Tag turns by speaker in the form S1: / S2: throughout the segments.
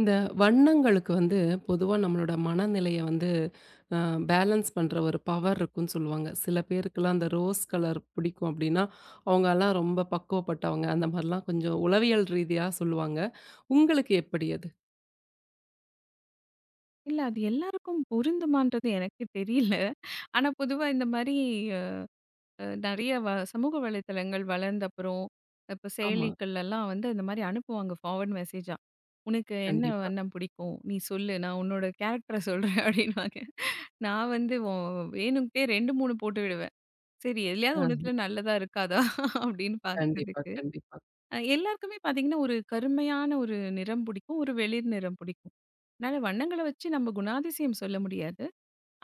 S1: இந்த வண்ணங்களுக்கு வந்து பொதுவா நம்மளோட மனநிலைய வந்து அ பேலன்ஸ் பண்ற ஒரு பவர் இருக்குன்னு சொல்லுவாங்க. சில பேருக்குலாம் அந்த ரோஸ் கலர் பிடிக்கும் அப்டின்னா, அவங்கலாம் ரொம்ப பக்குவப்பட்டவங்க. அந்த மாரிலாம் கொஞ்சம் உளவியல் ரீதியா சொல்லுவாங்க. உங்களுக்கு எப்படி அது?
S2: இல்ல. அது எல்லாருக்கும் பொருந்துமான்றது எனக்கு தெரியல. ஆனா பொதுவா இந்த மாரி அ நெறைய சமூக வலைத்தளங்கள் வளர்ந்த அப்புறம், இப்ப
S1: ஆமா.
S2: செயலிகள்லலாம் வந்து இந்த மாரி அனுப்புவாங்க ஃபார்வர்ட் மெசேஜா. "உனக்கு என்ன
S1: கண்டிப்பா.
S2: வண்ணம் பிடிக்கும்? நீ சொல்லு. நான் உன்னோட கேரக்டர சொல்றேன்" அப்படின்னுவாங்க. நான் வந்து வேணும்ட்டே 2, 3 போட்டு விடுவேன். சரி எதுலயாவது
S1: அ
S2: ஒண்ணுத்துல நல்லதா இருக்காதா? அப்படின்னு
S1: கண்டிப்பா,
S2: பார்க்குறதுக்கு.
S1: கண்டிப்பா.
S2: எல்லாருக்குமே பார்த்தீங்கன்னா, ஒரு கருமையான ஒரு நிறம் பிடிக்கும். ஒரு வெளிர் நிறம் பிடிக்கும். அதனால வண்ணங்கள வச்சு நம்ம குணாதிசயம் சொல்ல முடியாது.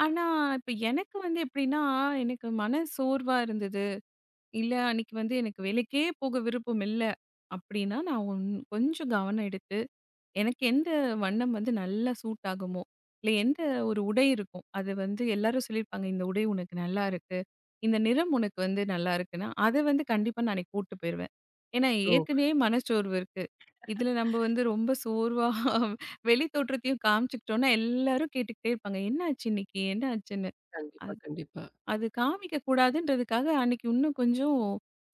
S2: ஆனா, இப்ப எனக்கு வந்து எப்படின்னா, எனக்கு மன சோர்வா இருந்தது. இல்ல அன்னைக்கு வந்து எனக்கு வேலைக்கே போக விருப்பம் இல்ல. அப்படின்னா, நான் கொஞ்சம் கவனம் எடுத்து, எனக்கு எந்த வண்ணம் வந்து நல்லா சூட் ஆகுமோ, இல்ல எந்த ஒரு உடை இருக்கும். அது வந்து எல்லாரும் சொல்லியிருப்பாங்க, "இந்த உடை உனக்கு நல்லா இருக்கு. இந்த நிறம் உனக்கு வந்து நல்லா இருக்குன்னா," அத வந்து கண்டிப்பா நான் அன்னைக்கு போட்டு போயிருவேன். ஏன்னா,
S1: ஓ!
S2: ஏற்கனவே மனச்சோர்வு இருக்கு. இதுல நம்ம வந்து ரொம்ப சோர்வா வெளி தோற்றத்தையும் காமிச்சுக்கிட்டோம்னா, எல்லாரும் கேட்டுக்கிட்டே இருப்பாங்க, "என்ன ஆச்சு இன்னைக்கு? என்ன ஆச்சுன்னு?"
S1: கண்டிப்பா,
S2: அது
S1: கண்டிப்பா.
S2: அது காமிக்க கூடாதுன்றதுக்காக அன்னைக்கு இன்னும் கொஞ்சம்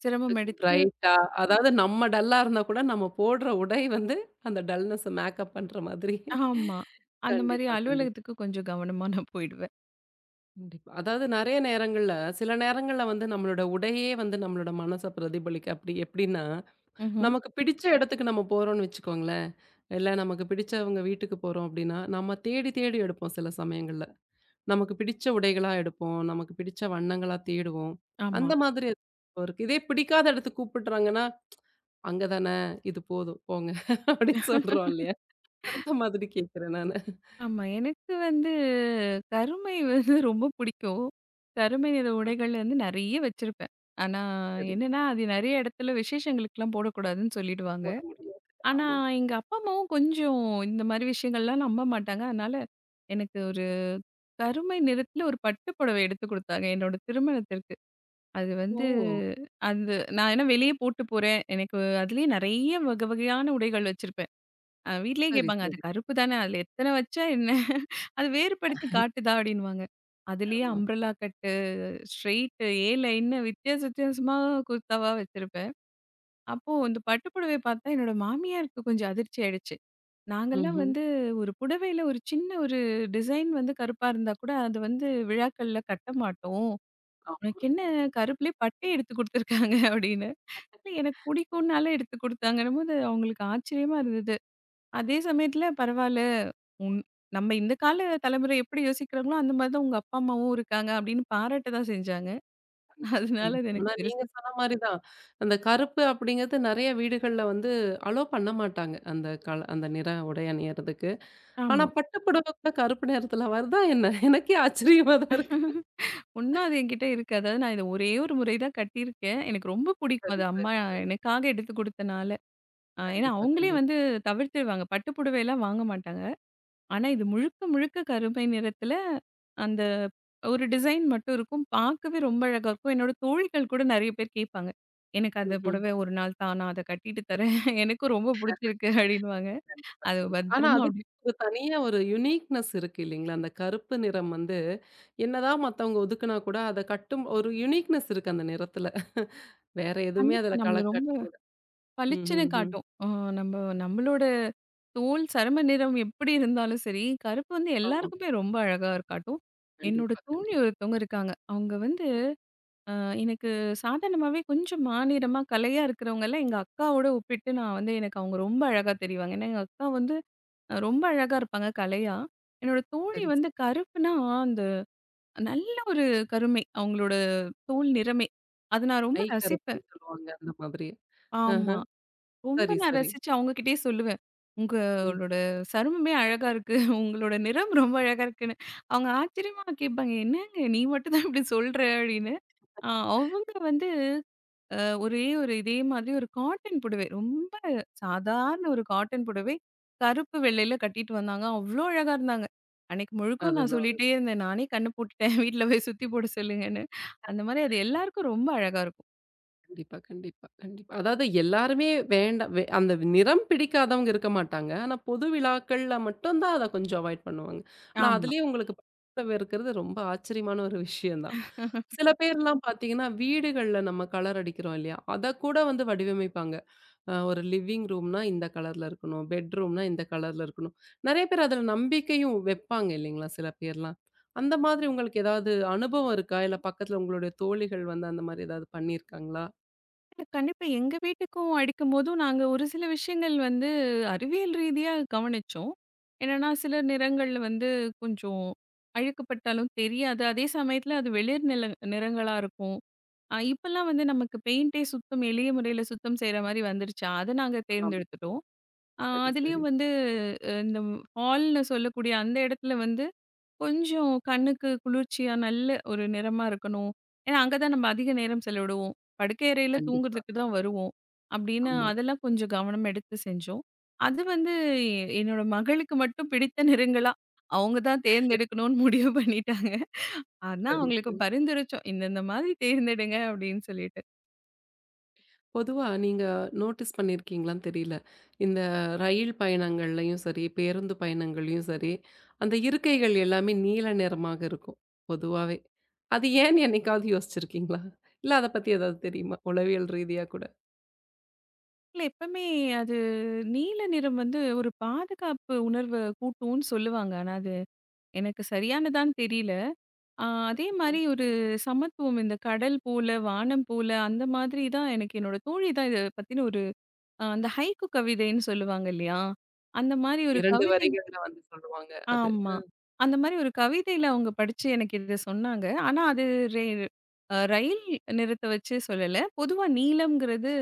S2: சிரமம்
S1: கொஞ்சம்
S2: எடுத்து
S1: பிரைட்டா அதாவது நம்ம டல்லா இருந்தா கூட நம்ம போடுற உடை வந்து அந்த டல்னஸ மேக்கப் பண்ற மாதிரி.
S2: ஆமா. அந்த மாரி
S1: கண்டிப்பா, கண்டிப்பா.
S2: அலுவலகத்துக்கு கொஞ்சம் கவனமா நான் போயிடுவேன்.
S1: கண்டிப்பா. அதாவது நெறைய நேரங்கள்ல சில நேரங்கள்ல வந்து நம்மளோட உடையே வந்து நம்மளோட மனச பிரதிபலிக்க அப்படி எப்படின்னா,
S2: ம்ஹ்ம்.
S1: நமக்கு பிடிச்ச இடத்துக்கு நம்ம போறோம்னு வச்சுக்கோங்களேன், இல்ல நமக்கு பிடிச்சவங்க வீட்டுக்கு போறோம் அப்படின்னா, நம்ம தேடி தேடி எடுப்போம் சில சமயங்கள்ல. நமக்கு பிடிச்ச உடைகளா எடுப்போம், நமக்கு பிடிச்ச வண்ணங்களா தேடுவோம்.
S2: ஆமா.
S1: அந்த மாதிரி இருக்கு. இதே பிடிக்காத இடத்துக்கு கூப்பிடுறாங்கன்னா, "அங்க தான இது போதும் போங்க" அப்படின்னு சொல்றோம் இல்லையா? அந்த மாதிரி கேட்கிறேன் நானு.
S2: ஆமா. எனக்கு வந்து கருமை வந்து ரொம்ப பிடிக்கும். கருமை நிற உடைகள் வந்து நெறைய வச்சிருப்பேன். ஆனா
S1: சரி.
S2: என்னன்னா, அது நெறைய இடத்துல விசேஷங்களுக்குலாம் போடக்கூடாதுன்னு சொல்லிடுவாங்க.
S1: போட முடியாது.
S2: ஆனா
S1: ஆமா.
S2: எங்க அப்பா, அம்மாவும் கொஞ்சம் இந்த மாரி விஷயங்கள்லாம் நம்ப மாட்டாங்க. அதனால எனக்கு ஒரு கருமை நிறத்துல ஒரு பட்டு புடவை எடுத்து குடுத்தாங்க என்னோட திருமணத்திற்கு. அது வந்து
S1: ஓ!
S2: அந்த நான் ஏன்னா வெளியே போட்டு போறேன். எனக்கு அதுலயே நெறைய வகை வகையான உடைகள் வச்சிருப்பேன். வீட்லயே
S1: சரி,
S2: கேட்பாங்க, "அது
S1: சரி.
S2: கருப்பு தானே, அதுல எத்தன வச்சா என்ன? அது வேறுபடுத்தி காட்டுதா?" அப்படின்னுவாங்க. அதுலயே
S1: ஆமா.
S2: அம்ப்ரெல்லா கட்டு, ஸ்ட்ரெய்ட், ஏ லைன்னு வித்தியாச வித்தியாசமா குர்தாவா வச்சிருப்பேன். அப்போ இந்த பட்டு புடவை பார்த்தா என்னோட மாமியாருக்கு கொஞ்சம் அதிர்ச்சி ஆயிடுச்சு. நாங்கலாம்
S1: ம்ஹ்ம்.
S2: வந்து ஒரு புடவையில ஒரு சின்ன ஒரு டிசைன் வந்து கருப்பா இருந்தா கூட, அது வந்து விழாக்கள்ல கட்ட மாட்டோம்.
S1: ஆமா.
S2: உனக்கு என்ன கருப்புலயே பட்டை எடுத்து குடுத்துருக்காங்க அப்படின்னு. இல்ல எனக்கு பிடிக்கும்னால எடுத்து குடுத்தாங்கன்னும்போது அவங்களுக்கு ஆச்சரியமா இருந்தது. அதே சமயத்துல பரவால்ல. உன் நம்ம இந்த கால தலைமுறை எப்படி யோசிக்கிறாங்களோ, அந்த மாரி தான் உங்க அப்பா, அம்மாவும் இருக்காங்க அப்படின்னு பாராட்ட தான் செஞ்சாங்க.
S1: கண்டிப்பா,
S2: அதனால அது
S1: கண்டிப்பா.
S2: எனக்கு
S1: ஆனா நீங்க
S2: பெருசா
S1: சொன்ன மாரி தான். அந்த கருப்பு அப்படிங்கிறது நெறைய வீடுகள்ல வந்து அலோ பண்ண மாட்டாங்க. அந்த கால அந்த நிற உடை அணியறதுக்கு. ஆனா
S2: ஆமா.
S1: பட்டு புடவை கூட கருப்பு நிறத்துல வருதா என்ன? எனக்கே ஆச்சரியமா தான் இருக்கு.
S2: ஒண்ணும் அது என்கிட்ட இருக்கு. அதாவது நான் இத ஒரே ஒரு முறை தான் கட்டியிருக்கேன். எனக்கு ரொம்ப பிடிக்கும்
S1: சரி,
S2: அது அம்மா
S1: சரி.
S2: எனக்காக எடுத்து குடுத்தனால. ஏன்னா
S1: கண்டிப்பா,
S2: அவங்களே
S1: கண்டிப்பா.
S2: வந்து தவிர்த்துருவாங்க. பட்டு புடவைலாம் வாங்க மாட்டாங்க. ஆனா, இது முழுக்க முழுக்க கருமை நிறத்துல அந்த ஒரு டிசைன் மட்டும் இருக்கும். பார்க்கவே ரொம்ப அழகா இருக்கும். என்னோட தோழிகள் கூட நெறைய பேர் கேட்பாங்க. "எனக்கு அந்த
S1: ம்ஹ்ம்.
S2: புடவை ஒரு நாள் தா, நான் அத கட்டிட்டு தரேன். எனக்கும் ரொம்ப புடிச்சிருக்கு" அப்டின்னுவாங்க.
S1: கண்டிப்பா,
S2: அது
S1: கண்டிப்பா. ஆனா
S2: பத்திரமா அப்டி
S1: அதுக்கு ஒரு தனியா ஒரு யுனிக்னெஸ் இருக்கு இல்லைங்களா? அந்த கருப்பு நிறம் வந்து என்னதான் மத்தவங்க ஒதுக்குனா கூட அத கட்டும் ஒரு யுனிக்னெஸ் இருக்கு அந்த நிறத்துல. வேற எதுவுமே
S2: கண்டிப்பா
S1: அதுல
S2: நம்மள ரொம்ப
S1: கலக்காட்டி கூட. ம்,
S2: பளிச்சுன்னு
S1: ம், ம்.
S2: காட்டும். நம்ம நம்மளோட தோல் சரும நிறம் எப்படி இருந்தாலும் சரி, கருப்பு வந்து
S1: ஆமா.
S2: எல்லாருக்குமே ரொம்ப அழகா காட்டும். என்னோட
S1: கண்டிப்பா,
S2: தோழி
S1: கண்டிப்பா.
S2: ஒருத்தவங்க இருக்காங்க. அவங்க வந்து அ எனக்கு சாதாரணமாவே கொஞ்சம் மாநிறமா, கலையா இருக்கிறவங்கலாம் எங்க அக்காவோட ஒப்பிட்டு நான் வந்து எனக்கு அவங்க ரொம்ப அழகா தெரிவாங்க. ஏன்னா, எங்க அக்கா வந்து ரொம்ப அழகா இருப்பாங்க கலையா. என்னோட தோழி
S1: சரி.
S2: வந்து
S1: சரி.
S2: கருப்புனா, அந்த நல்ல ஒரு கருமை. அவங்களோட தோல் நிறமே. அத நான் ரொம்ப
S1: மை
S2: ரசிப்பேன்.
S1: கருப்புன்னு சொல்லுவாங்க அந்த மாதிரி. ஆஹ.
S2: ஆமா. ரொம்ப
S1: சரி,
S2: நான்
S1: சரி.
S2: ரசிச்சு அவங்ககிட்டயே சொல்லுவேன்.
S1: ம்.
S2: "உங்களோட சருமமே அழகா இருக்கு. உங்களோட நிறம் ரொம்ப அழகா இருக்குன்னு." அவங்க ஆச்சரியமா கேட்பாங்க. "என்னங்க நீ மட்டும் தான் இப்படி சொல்ற?" அப்படின்னு. அ அவங்க வந்து ஒரே ஒரு இதே மாதிரி ஒரு காட்டன் புடவை. ரொம்ப சாதாரண ஒரு காட்டன் புடவை. கருப்பு, வெள்ளையில கட்டிட்டு வந்தாங்க. அவ்ளோ அழகா இருந்தாங்க. அன்னைக்கு முழுக்கும் நான்
S1: அதுதான்.
S2: சொல்லிட்டே இருந்தேன். நானே கண்ணு போட்டுட்டேன். வீட்ல போய் சுத்தி போட சொல்லுங்கன்னு. அந்த மாரி அது எல்லாருக்கும் ரொம்ப அழகா இருக்கும்.
S1: கண்டிப்பா, கண்டிப்பா, கண்டிப்பா. அதாவது எல்லாருமே வேண்டா வே அந்த நிறம் பிடிக்காதவங்க இருக்க மாட்டாங்க. ஆனா பொது விழாக்கள்ல மட்டும் தான் அத கொஞ்சம் அவாய்ட் பண்ணுவாங்க. ஆனா
S2: ஆமா.
S1: அதுலயும் உங்களுக்கு பக்கத்துல இருக்கிறது ரொம்ப ஆச்சரியமான ஒரு விஷயம் தான். சில பேர்லாம் பார்த்தீங்கன்னா, வீடுகள்ல நம்ம கலர் அடிக்கிறோம் இல்லையா? அத கூட வந்து வடிவமைப்பாங்க. ஒரு லிவிங் ரூம்னா இந்த கலர்ல இருக்கணும். பெட்ரூம்னா இந்த கலர்ல இருக்கணும். நெறைய பேர் அதில நம்பிக்கையும் வைப்பாங்க இல்லைங்களா? சில பேர்லாம். அந்த மாதிரி உங்களுக்கு ஏதாவது அனுபவம் இருக்கா? இல்ல பக்கத்துல உங்களுடைய தோழிகள் வந்து அந்த மாரி ஏதாவது பண்ணியிருக்காங்களா?
S2: கண்டிப்பா எங்க வீட்டுக்கும் அடிக்கும்போதும் நாங்க ஒரு சில விஷயங்கள் வந்து அறிவியல் ரீதியா கவனிச்சோம். என்னன்னா, சில நிறங்கள்ல வந்து கொஞ்சம் அழுக்குப்பட்டாலும் தெரியாது. அதே சமயத்துல அது வெளிர் நில நிறங்களா இருக்கும். இப்பல்லாம் வந்து நமக்கு பெயிண்டே சுத்தம் எளிய முறையில சுத்தம் செய்ற மாரி வந்துருச்சா, அத நாங்க
S1: ஆமா.
S2: தேர்ந்தெடுத்துட்டோம்.
S1: சரி, சரி.
S2: அதுலயும் வந்து இந்த ஹால்ன்னு சொல்லக்கூடிய அந்த இடத்துல வந்து கொஞ்சம் கண்ணுக்கு குளிர்ச்சியா நல்ல ஒரு நிறமா இருக்கணும். ஏன்னா, அங்க தான் நம்ம அதிக நேரம் செலவிடுவோம். படுக்கை அறையில
S1: கண்டிப்பா.
S2: தூங்குறதுக்கு தான் வருவோம். அப்படின்னு
S1: ஆமா.
S2: அதெல்லாம் கொஞ்சம் கவனம் எடுத்து செஞ்சோம். அது வந்து என்னோட மகளுக்கு மட்டும் பிடித்த நிறங்களா அவங்க தான் தேர்ந்தெடுக்கணும்னு முடிவு பண்ணிட்டாங்க. அதான்
S1: சரி.
S2: அவங்களுக்கு பரிந்துரைச்சோம். "இந்த இந்த மாதிரி தேர்ந்தெடுங்க" அப்படின்னு சொல்லிட்டு.
S1: பொதுவா நீங்க நோட்டீஸ் பண்ணியிருக்கீங்களான்னு தெரியல. இந்த ரயில் பயணங்கள்லயும் சரி, பேருந்து பயணங்கள்லயும் சரி, அந்த இருக்கைகள் எல்லாமே நீல நிறமாக இருக்கும், பொதுவாவே. அது ஏன்னு என்னைக்காவது யோசிச்சிருக்கீங்களா? இல்ல அத பத்தி ஏதாவது தெரியுமா? உளவியல் ரீதியா கூட.
S2: இல்ல எப்பவுமே அது நீல நிறம் வந்து ஒரு பாதுகாப்பு உணர்வ கூட்டும்னு சொல்லுவாங்க. ஆனா அது எனக்கு சரியானதான்னு தெரியல. ஆ அதே
S1: கண்டிப்பா.
S2: மாரி ஒரு சமத்துவம் இந்த கடல் போல, வானம் போல அந்த மாதிரி தான் எனக்கு என்னோட தோழி தான் இத பத்தின ஒரு அந்த ஹைக்கூ கவிதைன்னு சொல்லுவாங்க இல்லையா? அந்த மாரி ஒரு
S1: 2
S2: கவிதை
S1: வரிகள்ல வந்து சொல்லுவாங்க அது.
S2: ஆமா. அந்த மாரி ஒரு கவிதையில அவங்க படிச்சு எனக்கு இத சொன்னாங்க. ஆனா அது ரெ அ ரயில் நிறத்த வச்சு சொல்லல. பொதுவா நீலம்ங்கிறது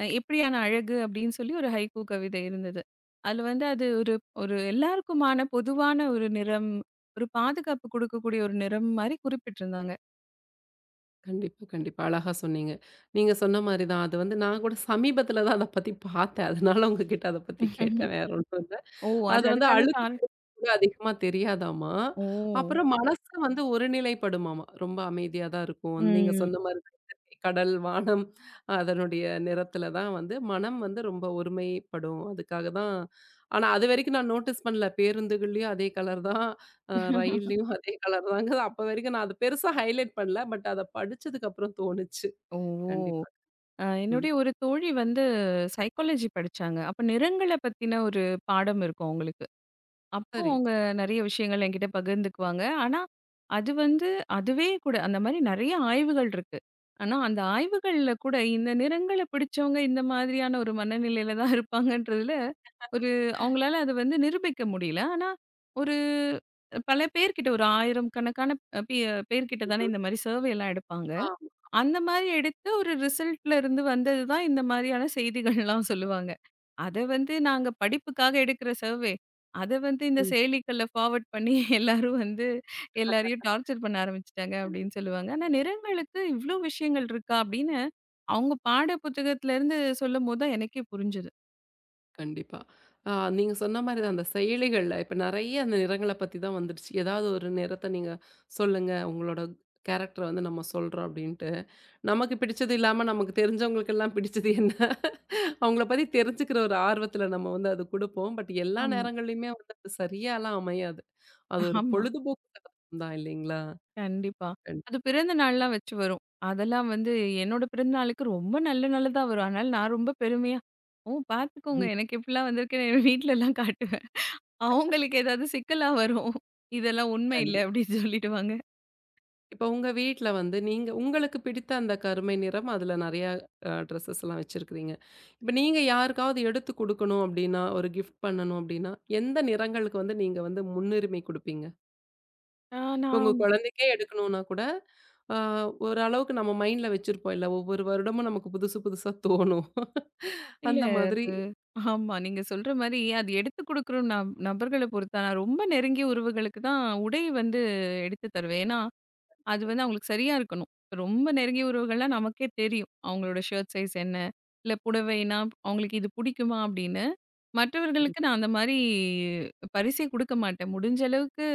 S2: எப்படியான அழகு அப்படின்னு சொல்லி ஒரு ஹைக்கூ கவிதை இருந்தது. அதுல வந்து அது ஒரு ஒரு எல்லாருக்குமான பொதுவான ஒரு நிறம், ஒரு பாதுகாப்பு குடுக்கக்கூடிய ஒரு நிறம் மாரி குறிப்பிட்டிருந்தாங்க.
S1: கண்டிப்பா, கண்டிப்பா. அழகா சொன்னீங்க. நீங்க சொன்ன மாரி தான். அது வந்து நான் கூட சமீபத்தில தான் அத பத்தி பார்த்தேன். அதனால உங்ககிட்ட அத பத்தி கேட்டேன். வேற ஒண்ணும் இல்ல.
S2: ஓ! அது
S1: அது வந்து
S2: அதுக்கான
S1: அழுக்கு
S2: காரணம்.
S1: கூட அதிகமா தெரியாதாமா.
S2: ஓ!
S1: அப்புறம் மனசு வந்து ஒருநிலைப்படுமாமா. ரொம்ப அமைதியா தான் இருக்கும். நீங்க
S2: ம்.
S1: சொன்ன மாரி தான் இயற்கை, கடல், வானம் அதனுடைய நிறத்தில தான் வந்து மனம் வந்து ரொம்ப ஒருமைப்படும். அதுக்காக தான் ஆனா அதுவரைக்கும் நான் நோட்டீஸ் பண்ணல. பேருந்துகள்லயும் அதே கலர் தான். ரயில்லயும் அதே கலர் தாங்க. அப்ப வரைக்கும் நான் அத பெருசா ஹைலைட் பண்ணல. பட் அத படிச்சதுக்கு அப்புறம் தோணுச்சு.
S2: ஓ!
S1: கண்டிப்பா. ம்.
S2: என்னுடைய ஒரு தோழி வந்து சைக்காலஜி படிச்சாங்க. அப்ப நிறங்கள பத்தின ஒரு பாடம் இருக்கும் அவங்களுக்கு. அப்போ
S1: சரி.
S2: அவங்க நெறைய விஷயங்கள் என்கிட்ட பகிர்ந்துக்குவாங்க. ஆனா, அது வந்து அதுவே கூட அந்த மாரி நெறைய ஆய்வுகள் இருக்கு. ஆனா, அந்த ஆய்வுகள்ல கூட இந்த நிறங்கள பிடிச்சவங்க இந்த மாதிரியான ஒரு மனநிலையில தான் இருப்பாங்கன்றதுல, ஒரு அவங்களால அத வந்து நிரூபிக்க முடியல. ஆனா, ஒரு பல பேர்கிட்ட ஒரு 1000 கணக்கான அ பே பேர்கிட்ட தானே
S1: ம்ஹ்ம்.
S2: இந்த மாரி சர்வேலாம் எடுப்பாங்க.
S1: ஆம்.
S2: அந்த மாரி எடுத்து ஒரு ரிசல்ட்ல இருந்து வந்தது தான் இந்த மாரியான செய்திகள்லாம் சொல்லுவாங்க. அத வந்து நாங்க படிப்புக்காக எடுக்கிற சர்வே. அத வந்து இந்த
S1: ம்.
S2: செயலிகள்ல ஃபார்வர்ட் பண்ணி எல்லாரும் வந்து எல்லாரையும் டார்ச்சர் பண்ண ஆரம்பிச்சுட்டாங்க
S1: கண்டி
S2: அப்படின்னு சொல்லுவாங்க. ஆனா நிறங்களுக்கு இவ்ளோ விஷயங்கள் இருக்கா அப்படின்னு அவங்க பாட புத்தகத்திலருந்து சொல்லும்போது தான் எனக்கே புரிஞ்சது.
S1: கண்டிப்பா. ஆ நீங்க சொன்ன மாரி தான் அந்த செயலிகள்ல இப்ப நெறைய அந்த நிறங்கள பத்தி தான் வந்துடுச்சு. ஏதாவது ஒரு நிறத்த நீங்க சொல்லுங்க. உங்களோட கேரக்டர வந்து நம்ம சொல்றோம் அப்டின்ட்டு. நமக்கு பிடிச்சது இல்லாம நமக்கு தெரிஞ்சவங்களுக்கெல்லாம் பிடிச்சது என்ன? அவங்கள பத்தி தெரிஞ்சுக்கிற ஒரு ஆர்வத்துல நம்ம வந்து அது குடுப்போம். பட் எல்லா
S2: ஆமா.
S1: நேரங்கள்லயுமே வந்து அது சரியாலாம் அமையாது. அது ஒரு
S2: ஆமா.
S1: பொழுதுபோக்கு தான் இல்லைங்களா?
S2: கண்டிப்பா. அது பிறந்த
S1: கண்டிப்பா.
S2: நாள்லாம் வச்சு வரும். அதெல்லாம் வந்து என்னோட பிறந்த நாளுக்கு ரொம்ப நல்ல நல்லதா வரும். அதனால நான் ரொம்ப பெருமையா, "ஓ! பார்த்துக்கோங்க
S1: ம்.
S2: எனக்கு இப்படிலாம் வந்திருக்குன்னு" என் வீட்லலாம் காட்டுவேன். அவங்களுக்கு ஏதாவது சிக்கலா வரும். இதெல்லாம் உண்மை இல்ல
S1: கண்டிப்பா.
S2: அப்படின்னு சொல்லிடுவாங்க.
S1: இப்ப உங்க வீட்ல வந்து நீங்க உங்களுக்கு பிடித்த அந்த கருமை நிறம் அதுல நெறையா ட்ரெஸ்ஸஸ் எல்லாம் வச்சிருக்கிறீங்க. இப்ப நீங்க யாருக்காவது எடுத்து குடுக்கணும் அப்டின்னா, ஒரு கிஃப்ட் பண்ணணும் அப்டின்னா, எந்த நிறங்களுக்கு வந்து நீங்க வந்து முன்னுரிமை குடுப்பீங்க?
S2: ஆ
S1: இப்ப உங்க
S2: நான்
S1: குழந்தைக்கே எடுக்கணும்னா கூட, அ ஒரு அளவுக்கு நம்ம மைண்ட்ல வச்சிருப்போம் இல்ல, ஒவ்வொரு வருடமும் நமக்கு புதுசு புதுசா தோணும்.
S2: இல்ல
S1: அந்த மாதிரி
S2: அது ஆமா. நீங்க சொல்ற மாரி அது எடுத்துக் குடுக்குற நபர்கள பொறுத்து. நான் ரொம்ப நெருங்கிய உறவுகளுக்கு தான் உடை வந்து எடுத்து தருவேன். ஏன்னா, அது
S1: கண்டிப்பா,
S2: வந்து அவங்களுக்கு சரியா இருக்கணும். ரொம்ப நெருங்கிய உறவுகள்லாம் நமக்கே தெரியும். அவங்களோட ஷர்ட் சைஸ் என்ன? இல்ல புடவைன்னா அவங்களுக்கு இது பிடிக்குமா? அப்படின்னு. மற்றவர்களுக்கு
S1: கண்டிப்பா.
S2: நான் அந்த மாரி பரிசே குடுக்க மாட்டேன். முடிஞ்ச அளவுக்கு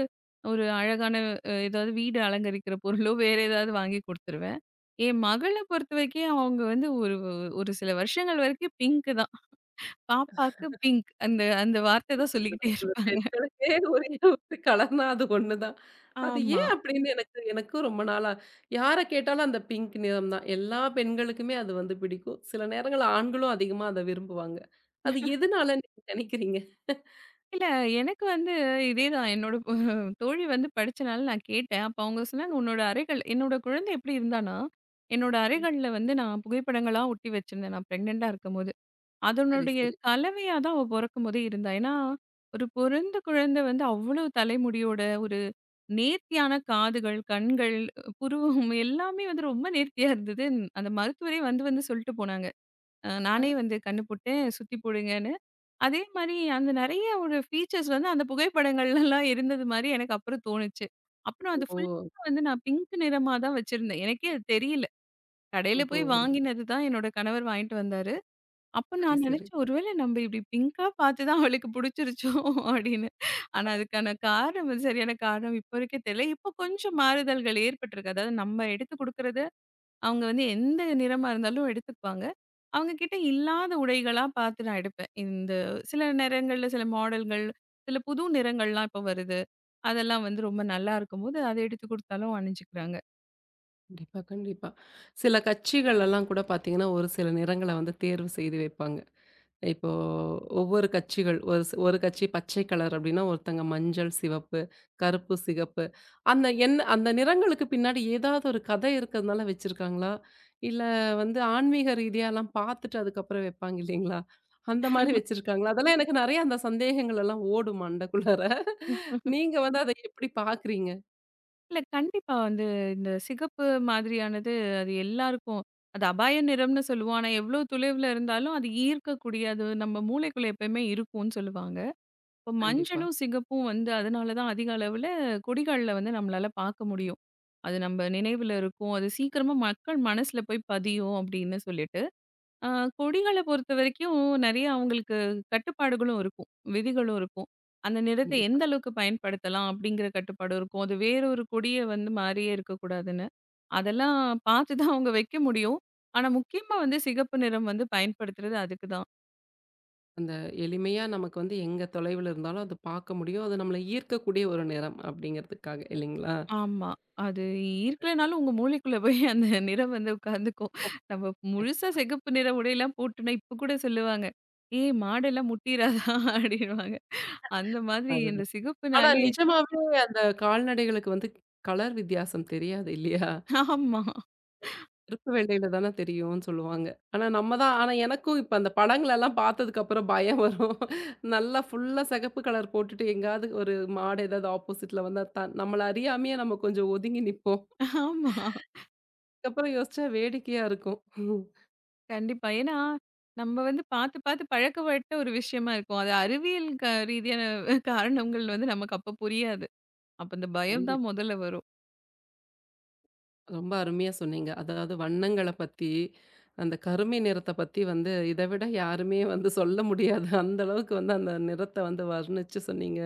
S2: ஒரு அழகான ஏதாவது வீடு அலங்கரிக்கிற பொருளோ, வேற ஏதாவது வாங்கி குடுத்துருவேன். என் மகள பொறுத்தவரைக்கும் அவங்க வந்து ஒரு ஒரு சில வருஷங்கள் வரைக்கும் பிங்க் தான். பாப்பாக்கு பிங்க் அந்த அந்த வார்த்தை தான் சொல்லிக்கிட்டே
S1: இந்த
S2: இருப்பாங்க.
S1: பெண்களுக்கே ஒரே ஒரு கலர்னா அது ஒண்ணுதான். அது
S2: ஆமா.
S1: ஏன் அப்படின்னு எனக்கும் ரொம்ப நாளா யார கேட்டாலும் அந்த பிங்க் நிறம் தான். எல்லா பெண்களுக்குமே அது வந்து பிடிக்கும். சில நேரங்கள்ல ஆண்களும் அதிகமா அத விரும்புவாங்க. அது எதுனால நீங்க நினைக்கிறீங்க?
S2: இல்ல, எனக்கு வந்து இதேதான். என்னோட தோழி வந்து படிச்சனால நான் கேட்டேன். அப்ப அவங்க சொன்னாங்க, "உன்னோட அறைகள்" என்னோட குழந்தை எப்படி இருந்தான்னா, என்னோட
S1: ம்.
S2: அறைகள்ல வந்து நான் புகைப்படங்களா ஒட்டி வச்சிருந்தேன். நான் பிரெக்னன்ட்டா இருக்கும்போது.
S1: சரி,
S2: அதனுடைய
S1: சரி.
S2: கலவையா தான் அவ பொறக்கும்போதே இருந்தா. ஏன்னா, ஒரு பொறந்த குழந்தை வந்து அவ்வளவு தலைமுடியோட, ஒரு நேர்த்தியான காதுகள், கண்கள், புருவம் எல்லாமே வந்து ரொம்ப நேர்த்தியா இருந்தது. அந்த மருத்துவரே வந்து வந்து சொல்லிட்டு போனாங்க.
S1: ஆ.
S2: நானே வந்து கண்ணு போட்டேன், சுத்தி போடுங்கன்னு. அதே மாரி அங்க நெறைய ஒரு ஃபீச்சர்ஸ் வந்து அந்த புகைப்படங்கள்லலாம் இருந்தது மாரி எனக்கு அப்புறம் தோணுச்சு. அப்புறம் அது
S1: ஓ!
S2: ஃபுல்லா வந்து நான் பிங்க் நிறமா தான் வச்சிருந்தேன். எனக்கே அது தெரியல. கடையில
S1: ஓஹோ!
S2: போய் சூப்பருங்க. வாங்கினது தான் என்னோட கணவர் வாங்கிட்டு வந்தாரு. அப்ப
S1: சரி,
S2: நான்
S1: சரி.
S2: நெனச்சேன், "ஒருவேளை நம்ப இப்படி பிங்க்கா பார்த்து தான் அவளுக்கு புடிச்சிருச்சோ?" அப்படின்னு. ஆனா அதுக்கான காரணம் வந்து சரியான காரணம் இப்ப வரைக்கும் தெரியல. இப்போ கொஞ்சம் மாறுதல்கள் ஏற்பட்டிருக்கு. அதாவது நம்ம எடுத்து குடுக்குறது அவங்க வந்து எந்த நிறமா இருந்தாலும் எடுத்துக்குவாங்க. அவங்க கிட்ட இல்லாத உடைகளா பார்த்து நான் எடுப்பேன். இந்த சில நிறங்கள்ல சில மாடல்கள், சில புது நிறங்கள்லாம் இப்ப வருது. அதெல்லாம் வந்து ரொம்ப நல்லா இருக்கும்போது, அத எடுத்து குடுத்தாலும் அணிஞ்சுக்கிறாங்க.
S1: கண்டிப்பா, கண்டிப்பா. சில கட்சிகள் எல்லாம் கூட பார்த்தீங்கன்னா, ஒரு சில நிறங்கள வந்து தேர்வு செய்து வைப்பாங்க. இப்போ ஒவ்வொரு கட்சிகள் ஒரு கட்சி பச்சை கலர் அப்டின்னா, ஒருத்தங்க மஞ்சள், சிவப்பு, கருப்பு, சிகப்பு அந்த அந்த நிறங்களுக்கு பின்னாடி ஏதாவது ஒரு கதை இருக்கிறதுனால வச்சிருக்காங்களா? இல்ல வந்து ஆன்மீக ரீதியாலாம் பார்த்துட்டு அதுக்கப்புறம் வைப்பாங்க இல்லைங்களா? அந்த மாரி வச்சிருக்காங்களா? அதெல்லாம் எனக்கு நெறைய அந்த சந்தேகங்கள் எல்லாம் ஓடும் மண்டைக்குள்ளார. நீங்க வந்து அத எப்படி பார்க்குறீங்க?
S2: இல்ல கண்டிப்பா வந்து இந்த சிகப்பு மாதிரியானது அது எல்லாருக்கும் அது அபாய நிறம்னு சொல்லுவோம். ஆனா எவ்ளோ தொலைவுல இருந்தாலும் அது ஈர்க்கக்கூடிய அது நம்ம மூளைக்குள்ள எப்பயுமே இருக்கும்னு சொல்லுவாங்க. இப்போ
S1: கண்டிப்பா,
S2: மஞ்சளும் சிகப்பும் வந்து அதனால தான் அதிக அளவுல கொடிகள்ல வந்து நம்மளால பார்க்க முடியும். அது நம்ம நினைவுல இருக்கும். அது சீக்கிரமா மக்கள் மனசுல போய் பதியும் அப்படின்னு சொல்லிட்டு, அ கொடிகள பொறுத்தவரைக்கும் நெறைய அவங்களுக்கு கட்டுப்பாடுகளும் இருக்கும். விதிகளும் இருக்கும். அந்த நிறத்தை
S1: கண்டிப்பா.
S2: எந்த அளவுக்கு பயன்படுத்தலாம் அப்படிங்கிற கட்டுப்பாடும் இருக்கும். அது வேறொரு கொடிய வந்து மாறியே இருக்கக்கூடாதுன்னு. அதெல்லாம் பார்த்து தான் அவங்க வைக்க முடியும். ஆனா முக்கியமா வந்து சிகப்பு நிறம் வந்து பயன்படுத்துறது அதுக்கு தான்.
S1: அந்த எளிமையா நமக்கு வந்து எங்க தொலைவுல இருந்தாலும் அது பார்க்க முடியும். அது நம்மள ஈர்க்கக்கூடிய ஒரு நிறம் அப்படிங்கிறதுக்காக இல்லைங்களா?
S2: ஆமா. அது இருக்கலனாலும் உங்க மூளைக்குள்ள போய் அந்த நிறம் வந்து உட்கார்ந்துக்கும். நம்ம முழுசா சிகப்பு நிற உடையெல்லாம் போட்டுனா இப்ப கூட சொல்லுவாங்க. "ஏய் மாடெல்லாம் முட்டிறாதா?" அப்படின்னுவாங்க. அந்த மாதிரி இந்த
S1: அதுதான். ஆனா
S2: சிகப்புனாலே
S1: நிஜமாவே அந்த கால்நடைகளுக்கு வந்து கலர் வித்தியாசம் தெரியாது இல்லையா?
S2: ஆமா,
S1: கருப்பு வெள்ளையில தானே தெரியும்னு சொல்லுவாங்க. ஆனா நம்ம தான் ஆனா எனக்கும் இப்ப அந்த படங்களெல்லாம் பார்த்ததுக்கு அப்புறம் பயம் வரும். நல்லா ஃபுல்லா சிகப்பு கலர் போட்டுட்டு எங்கேயாவது ஒரு மாடு ஏதாவது ஆப்போசிட்ல வந்தா நம்மள அறியாமயே நம்ம கொஞ்சம் ஒதுங்கி நிப்போம்.
S2: ஆமா.
S1: அதுக்கப்புறம் யோசிச்சா வேடிக்கையா இருக்கும்.
S2: கண்டிப்பா. ஏன்னா, நம்ம வந்து பார்த்து பார்த்து பழக்கப்பட்ட ஒரு விஷயமா இருக்கும். அது அறிவியல் ரீதியான காரணங்கள் வந்து நமக்கு அப்ப புரியாது. அப்ப இந்த பயம்
S1: கண்டிப்பா.
S2: தான் முதல்ல வரும்.
S1: ரொம்ப அருமையா சொன்னீங்க. அதாவது வண்ணங்கள பத்தி, அந்த கருமை நிறத்த பத்தி வந்து இத விட யாருமே வந்து சொல்ல முடியாது. அந்த அளவுக்கு வந்து அந்த நிறத்த வந்து வர்ணிச்சு சொன்னீங்க.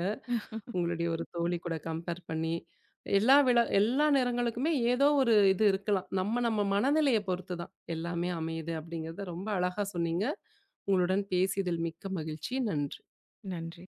S1: உங்களுடைய ஒரு தோழி கூட கம்பேர் பண்ணி. எல்லா நிறங்களுக்குமே ஏதோ ஒரு இது இருக்கலாம். நம்ம நம்ம மனநிலைய பொறுத்து தான் எல்லாமே அமையுது அப்படிங்கிறத ரொம்ப அழகா சொன்னீங்க. உங்களுடன் பேசியதில் மிக்க மகிழ்ச்சி. நன்றி.
S2: நன்றி.